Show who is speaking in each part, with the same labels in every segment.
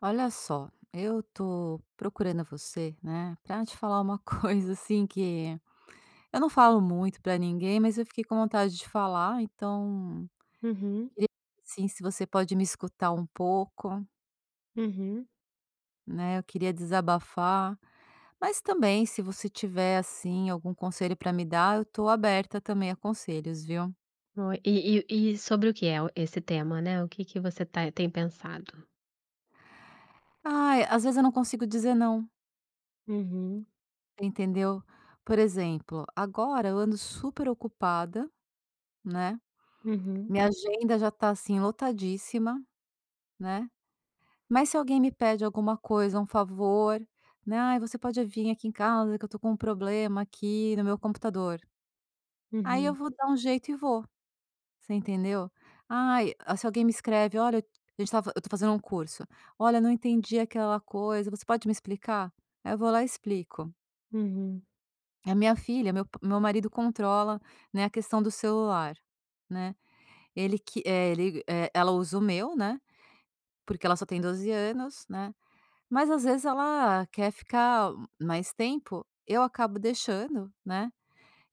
Speaker 1: Olha só, eu tô procurando você, né, pra te falar uma coisa assim que eu não falo muito pra ninguém, mas eu fiquei com vontade de falar, então
Speaker 2: Uhum,
Speaker 1: queria sim, se você pode me escutar um pouco,
Speaker 2: uhum.
Speaker 1: né? Eu queria desabafar, mas também se você tiver assim algum conselho pra me dar, eu tô aberta também a conselhos, viu?
Speaker 2: Oh, e sobre o que é o esse tema, né, o que que você tem pensado?
Speaker 1: Ai, às vezes eu não consigo dizer não,
Speaker 2: Uhum,
Speaker 1: entendeu? Por exemplo, agora eu ando super ocupada, né?
Speaker 2: uhum,
Speaker 1: Minha agenda já tá, assim, lotadíssima, né, mas se alguém me pede alguma coisa, um favor, né: "Ai, você pode vir aqui em casa que eu tô com um problema aqui no meu computador". Aí eu
Speaker 2: uhum,
Speaker 1: vou dar um jeito e vou, você entendeu? Ai, ah, se alguém me escreve: "Olha, eu a gente estava eu tô fazendo um curso. Olha, não entendi aquela coisa, você pode me explicar?". Aí eu vou lá e explico.
Speaker 2: uhum,
Speaker 1: A minha filha meu p meu marido controla, né, a questão do celular, né, ele que é ele, eh, ela usa o meu, né. Porque ela só tem 12 anos, né, mas às vezes ela quer ficar mais tempo, eu acabo deixando, né,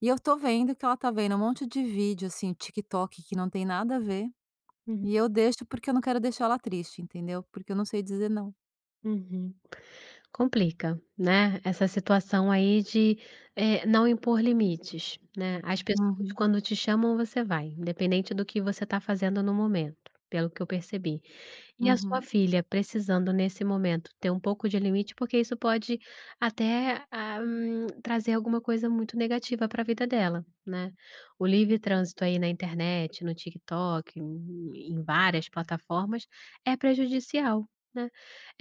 Speaker 1: e eu tô vendo que ela tá vendo um monte de vídeo, assim, TikTok que não tem nada a ver,
Speaker 2: uhum,
Speaker 1: e eu deixo porque eu não quero deixar ela triste, entendeu, porque eu não sei dizer não.
Speaker 2: uhum. Complica, né, essa situação aí de, não impor limites, né, as pessoas
Speaker 1: Uhum,
Speaker 2: quando te chamam você vai, independente do que você está fazendo no momento, pelo que eu percebi. E a sua
Speaker 1: uhum.
Speaker 2: filha precisando nesse momento ter um pouco de limite, porque isso pode até, trazer alguma coisa muito negativa para a vida dela, né. O livre trânsito aí na internet, no TikTok, em várias plataformas, é prejudicial, né.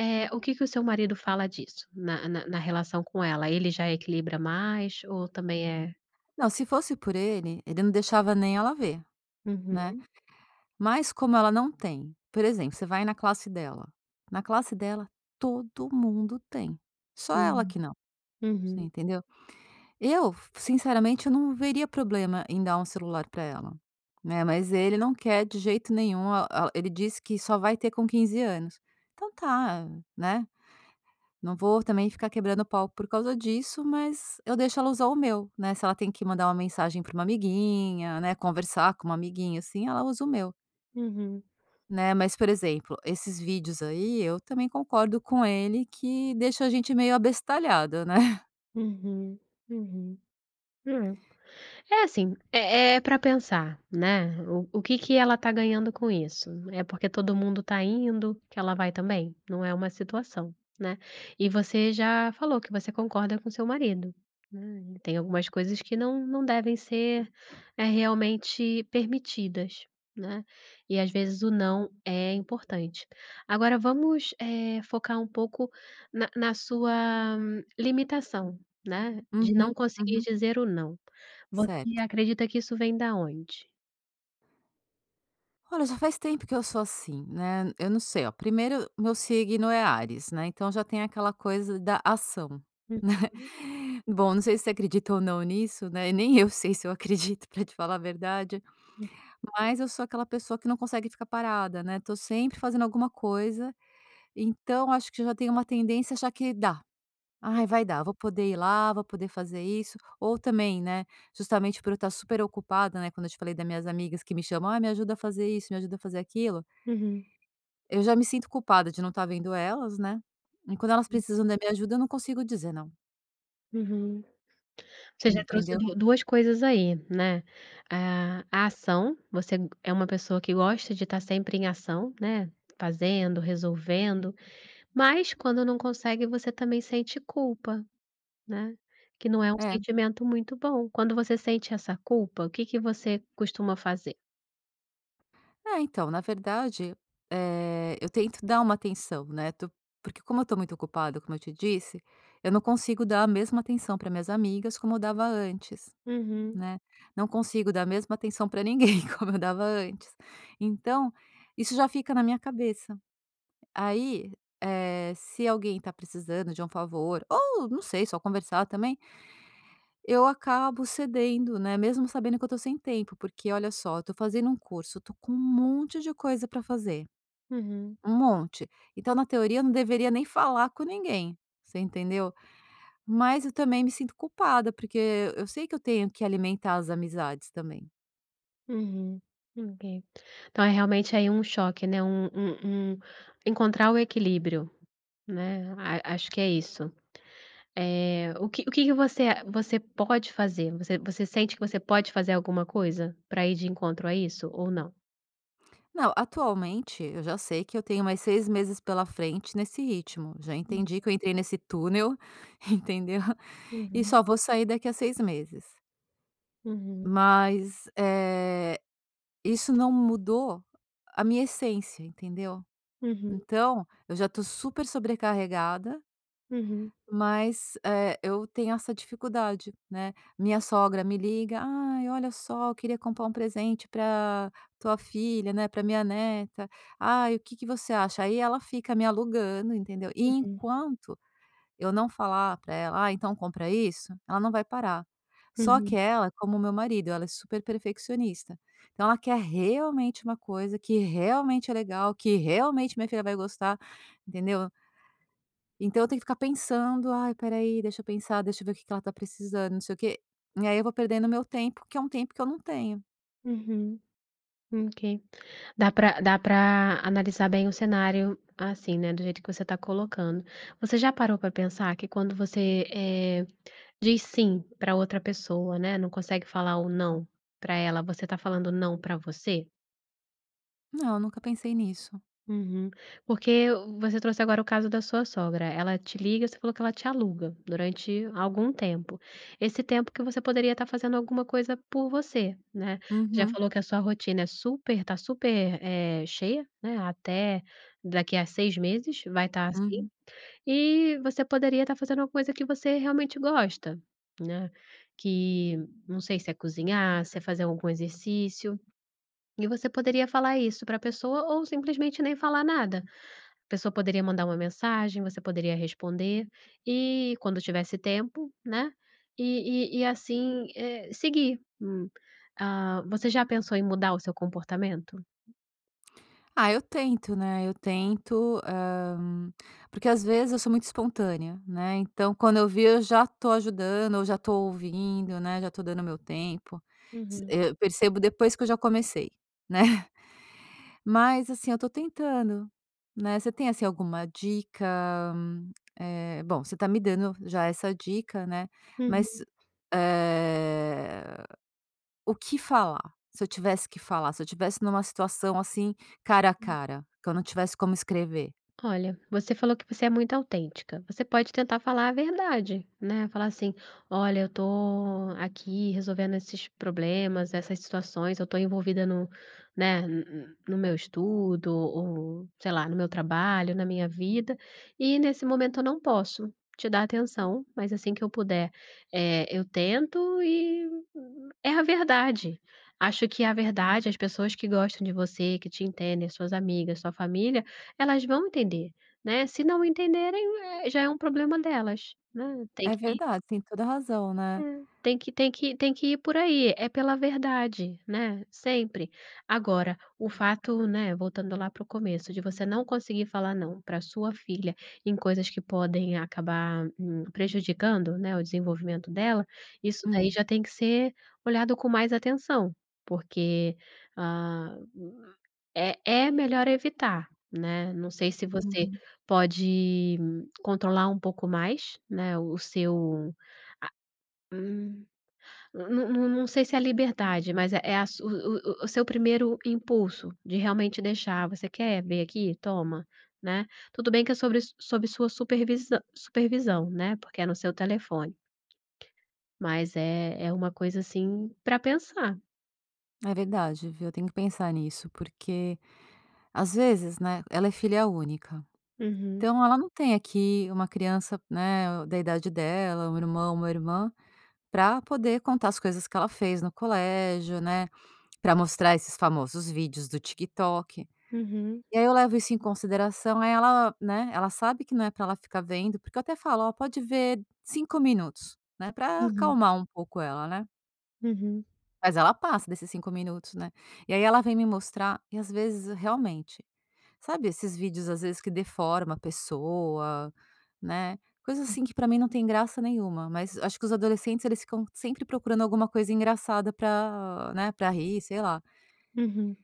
Speaker 2: O que que o seu marido fala disso na relação com ela? Ele já equilibra mais ou também é.
Speaker 1: Não, se fosse por ele, ele não deixava nem ela ver, né,
Speaker 2: Uhum,
Speaker 1: mas como ela não tem, por exemplo, você vai na classe dela todo mundo tem, só ela
Speaker 2: uhum,
Speaker 1: que não, você
Speaker 2: uhum,
Speaker 1: entendeu? Eu, sinceramente, eu não veria problema em dar um celular para ela, né, mas ele não quer de jeito nenhum, a ele disse que só vai ter com 15 anos. Então tá, né, não vou também ficar quebrando pau por causa disso, mas eu deixo ela usar o meu, né, se ela tem que mandar uma mensagem para uma amiguinha, né, conversar com uma amiguinha, assim, ela usa o meu,
Speaker 2: uhum,
Speaker 1: né. Mas, por exemplo, esses vídeos aí, eu também concordo com ele que deixa a gente meio abestalhado, né.
Speaker 2: uhum, uhum. É. É assim, é pra pensar, né, o que que ela tá ganhando com isso? É porque todo mundo tá indo que ela vai também? Não é uma situação, né. E você já falou que você concorda com seu marido, né, e tem algumas coisas que não não devem ser, realmente permitidas, né, e às vezes o não é importante. Agora vamos, focar um pouco na sua limitação, né, de não, uhum,
Speaker 1: Uhum,
Speaker 2: conseguir
Speaker 1: uhum,
Speaker 2: dizer o não. Você
Speaker 1: certo.
Speaker 2: acredita que isso vem da onde?
Speaker 1: Olha, já faz tempo que eu sou assim, né, eu não sei, ó, primeiro meu signo é Áries, né, então já tem aquela coisa da ação, né. Bom, não sei se você acredita ou não nisso, né, e nem eu sei se eu acredito pra te falar a verdade, mas eu sou aquela pessoa que não consegue ficar parada, né, tô sempre fazendo alguma coisa, então acho que já tenho uma tendência a achar que dá. "Ai, vai dar, vou poder ir lá, vou poder fazer isso", ou também, né, justamente por eu estar super ocupada, né, quando eu te falei das minhas amigas que me chamam: "Ah, me ajuda a fazer isso, me ajuda a fazer aquilo".
Speaker 2: Uhum,
Speaker 1: Eu já me sinto culpada de não estar vendo elas, né, e quando elas
Speaker 2: uhum,
Speaker 1: precisam da minha ajuda eu não consigo dizer não,
Speaker 2: uhum. Você já trouxe
Speaker 1: entendeu?
Speaker 2: du duas coisas aí, né, a ação. Você é uma pessoa que gosta de estar sempre em ação, né, fazendo, resolvendo, mas quando não consegue você também sente culpa, né, que não é um
Speaker 1: É.
Speaker 2: sentimento muito bom. Quando você sente essa culpa, o que que você costuma fazer?
Speaker 1: É, então, na verdade, eu tento dar uma atenção, né, to porque como eu estou muito ocupada, como eu te disse, eu não consigo dar a mesma atenção para minhas amigas como eu dava antes,
Speaker 2: Uhum,
Speaker 1: né, não consigo dar a mesma atenção para ninguém como eu dava antes. Então, isso já fica na minha cabeça. Aí, se alguém está precisando de um favor ou não sei, só conversar também, eu acabo cedendo, né, mesmo sabendo que eu tô sem tempo, porque olha só, eu tô fazendo um curso, eu tô com um monte de coisa pra fazer,
Speaker 2: uhum.
Speaker 1: um monte. Então, na teoria, eu não deveria nem falar com ninguém, você entendeu? Mas eu também me sinto culpada, porque eu sei que eu tenho que alimentar as amizades também.
Speaker 2: Uhum. Ok. Então é realmente aí um choque, né, um encontrar o equilíbrio, né, a acho que é isso. O que que você pode fazer? Você sente que você pode fazer alguma coisa para ir de encontro a isso ou não?
Speaker 1: Não, atualmente eu já sei que eu tenho mais 6 meses pela frente nesse ritmo. Já
Speaker 2: Hum.
Speaker 1: entendi que eu entrei nesse túnel, entendeu? E
Speaker 2: Uhum.
Speaker 1: só vou sair daqui a 6 meses.
Speaker 2: Uhum.
Speaker 1: Mas, isso não mudou a minha essência, entendeu?
Speaker 2: Uhum.
Speaker 1: Então, eu já tô super sobrecarregada,
Speaker 2: Uhum.
Speaker 1: mas, eu tenho essa dificuldade, né. Minha sogra me liga: "Ai, olha só, eu queria comprar um presente para tua filha, né. Para minha neta. Ai, o que que você acha?". Aí ela fica me alugando, entendeu? E enquanto eu não falar para ela: "Ah, então compra isso", ela não vai parar. Só
Speaker 2: Uhum.
Speaker 1: que ela, como o meu marido, ela é super perfeccionista. Então ela quer realmente uma coisa que realmente é legal, que realmente minha filha vai gostar, entendeu. Então eu tenho que ficar pensando: "Ai, espera aí, deixa eu pensar, deixa eu ver o que que ela tá precisando, não sei o quê". E aí eu vou perdendo meu tempo, que é um tempo que eu não tenho.
Speaker 2: Uhum. Ok. Dá pra analisar bem o cenário assim, né, do jeito que você tá colocando. Você já parou pra pensar que quando você, diz "sim" para outra pessoa, né, não consegue falar o "não" para ela, você tá falando "não" para você?
Speaker 1: Não, eu nunca pensei nisso.
Speaker 2: Uhum. Porque você trouxe agora o caso da sua sogra, ela te liga, você falou que ela te aluga durante algum tempo. Esse tempo que você poderia estar fazendo alguma coisa por você, né. Já
Speaker 1: Uhum,
Speaker 2: falou que a sua rotina é super, cheia, né, até daqui a 6 meses vai estar assim.
Speaker 1: uhum.
Speaker 2: E você poderia estar fazendo uma coisa que você realmente gosta, né, que não sei se é cozinhar, se é fazer algum exercício, e você poderia falar isso para a pessoa ou simplesmente nem falar nada. A pessoa poderia mandar uma mensagem, você poderia responder, e quando tivesse tempo, né, e assim, seguir. Você já pensou em mudar o seu comportamento?
Speaker 1: Ah, eu tento, né, eu tento, porque às vezes eu sou muito espontânea, né, então quando eu vi eu já tô ajudando ou já tô ouvindo, né, já tô dando meu tempo.
Speaker 2: Hı hı.
Speaker 1: Eu percebo depois que eu já comecei, né. Mas assim, eu tô tentando, né. Você tem, assim, alguma dica, bom, você tá me dando já essa dica, né, mas, eh o que falar? Se eu tivesse que falar, se eu tivesse numa situação, assim, cara a cara, que eu não tivesse como escrever.
Speaker 2: Olha, você falou que você é muito autêntica. Você pode tentar falar a verdade, né? Falar assim: olha, eu tô aqui resolvendo esses problemas, essas situações, eu tô envolvida no, né, no meu estudo, ou sei lá, no meu trabalho, na minha vida, e nesse momento eu não posso te dar atenção, mas assim que eu puder, eu tento e é a verdade. Acho que a verdade, as pessoas que gostam de você, que te entendem, suas amigas, sua família, elas vão entender, né. Se não entenderem, já é um problema delas, né, tem
Speaker 1: É
Speaker 2: que
Speaker 1: verdade, tem toda razão,
Speaker 2: é,
Speaker 1: né.
Speaker 2: tem que ir por aí, é pela verdade, né, sempre. Agora, o fato, né, voltando lá para o começo, de você não conseguir falar não para sua filha em coisas que podem acabar, prejudicando, né, o desenvolvimento dela, isso daí
Speaker 1: Hum,
Speaker 2: já tem que ser olhado com mais atenção, porque, hã, é é melhor evitar, né. Não sei se você
Speaker 1: uhum.
Speaker 2: pode, controlar um pouco mais, né, o seu, hum, não sei se é a liberdade, mas é a su o seu primeiro impulso de realmente deixar: "Você quer ver aqui? Toma", né. Tudo bem que é sobre sob sua supervisão, né, porque é no seu telefone, mas é uma coisa, assim, para pensar.
Speaker 1: É verdade, viu, eu tenho que pensar nisso, porque às vezes, né, ela é filha única,
Speaker 2: Uhum,
Speaker 1: então ela não tem aqui uma criança, né, da idade dela, um irmão, uma irmã, para poder contar as coisas que ela fez no colégio, né, para mostrar esses famosos vídeos do TikTok.
Speaker 2: uhum,
Speaker 1: E aí eu levo isso em consideração, aí ela, né, ela sabe que não é para ela ficar vendo, porque eu até falo: "Ó, pode ver 5 minutos", né, para
Speaker 2: uhum,
Speaker 1: acalmar um pouco ela, né.
Speaker 2: uhum,
Speaker 1: Mas ela passa desses 5 minutos, né. E aí ela vem me mostrar e às vezes realmente, sabe esses vídeos às vezes que deforma a pessoa, né, coisas assim que pra mim não tem graça nenhuma, mas acho que os adolescentes eles ficam sempre procurando alguma coisa engraçada pra, né, pra rir, sei lá.
Speaker 2: uhum,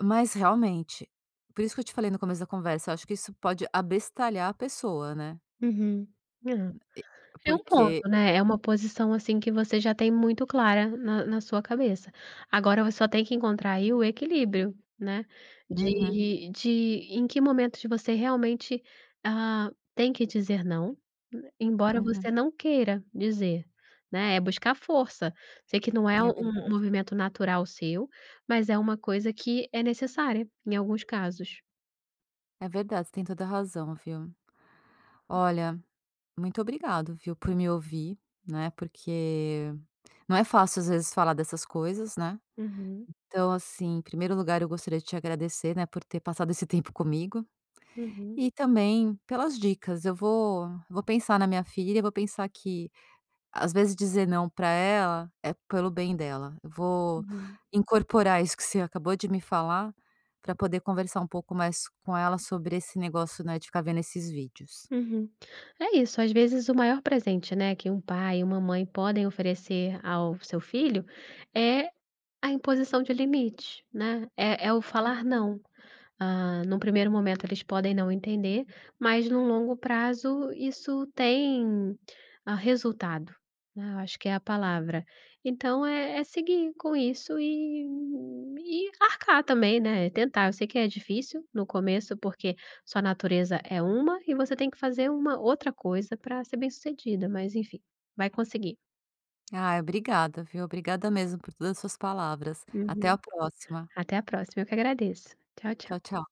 Speaker 1: Mas realmente, por isso que eu te falei no começo da conversa, eu acho que isso pode abestalhar a pessoa, né,
Speaker 2: uhum. Hã. É um
Speaker 1: porque
Speaker 2: ponto, né, é uma posição, assim, que você já tem muito clara na sua cabeça. Agora você só tem que encontrar aí o equilíbrio, né,
Speaker 1: uhum,
Speaker 2: de em que momentos você realmente, tem que dizer não, embora
Speaker 1: uhum,
Speaker 2: você não queira dizer, né, é buscar força. Sei que não é um
Speaker 1: é
Speaker 2: um
Speaker 1: verdade.
Speaker 2: movimento natural seu, mas é uma coisa que é necessária em alguns casos.
Speaker 1: É verdade, você tem toda a razão, viu. Olha, muito obrigado, viu, por me ouvir, né, porque não é fácil às vezes falar dessas coisas, né.
Speaker 2: Uhum,
Speaker 1: Então, assim, em primeiro lugar, eu gostaria de te agradecer, né, por ter passado esse tempo comigo
Speaker 2: uhum,
Speaker 1: e também pelas dicas. Eu vou pensar na minha filha, vou pensar que às vezes dizer não para ela é pelo bem dela. Eu vou
Speaker 2: uhum.
Speaker 1: incorporar isso que você acabou de me falar, para poder conversar um pouco mais com ela sobre esse negócio, né, de ficar vendo esses vídeos.
Speaker 2: Uhum. É isso, às vezes o maior presente, né, que um pai e uma mãe podem oferecer ao seu filho é a imposição de limite, né, é o falar não. Num primeiro momento eles podem não entender, mas no longo prazo isso tem, resultado, né, eu acho que é a palavra. Então é seguir com isso e arcar também, né, tentar. Eu sei que é difícil no começo, porque sua natureza é uma e você tem que fazer uma outra coisa para ser bem-sucedida, mas enfim, vai conseguir.
Speaker 1: Ah, obrigada, viu. Obrigada mesmo por todas as suas palavras. Até
Speaker 2: Uhum.
Speaker 1: a próxima.
Speaker 2: Até a próxima, eu que agradeço. Tchau, tchau.
Speaker 1: Tchau, tchau.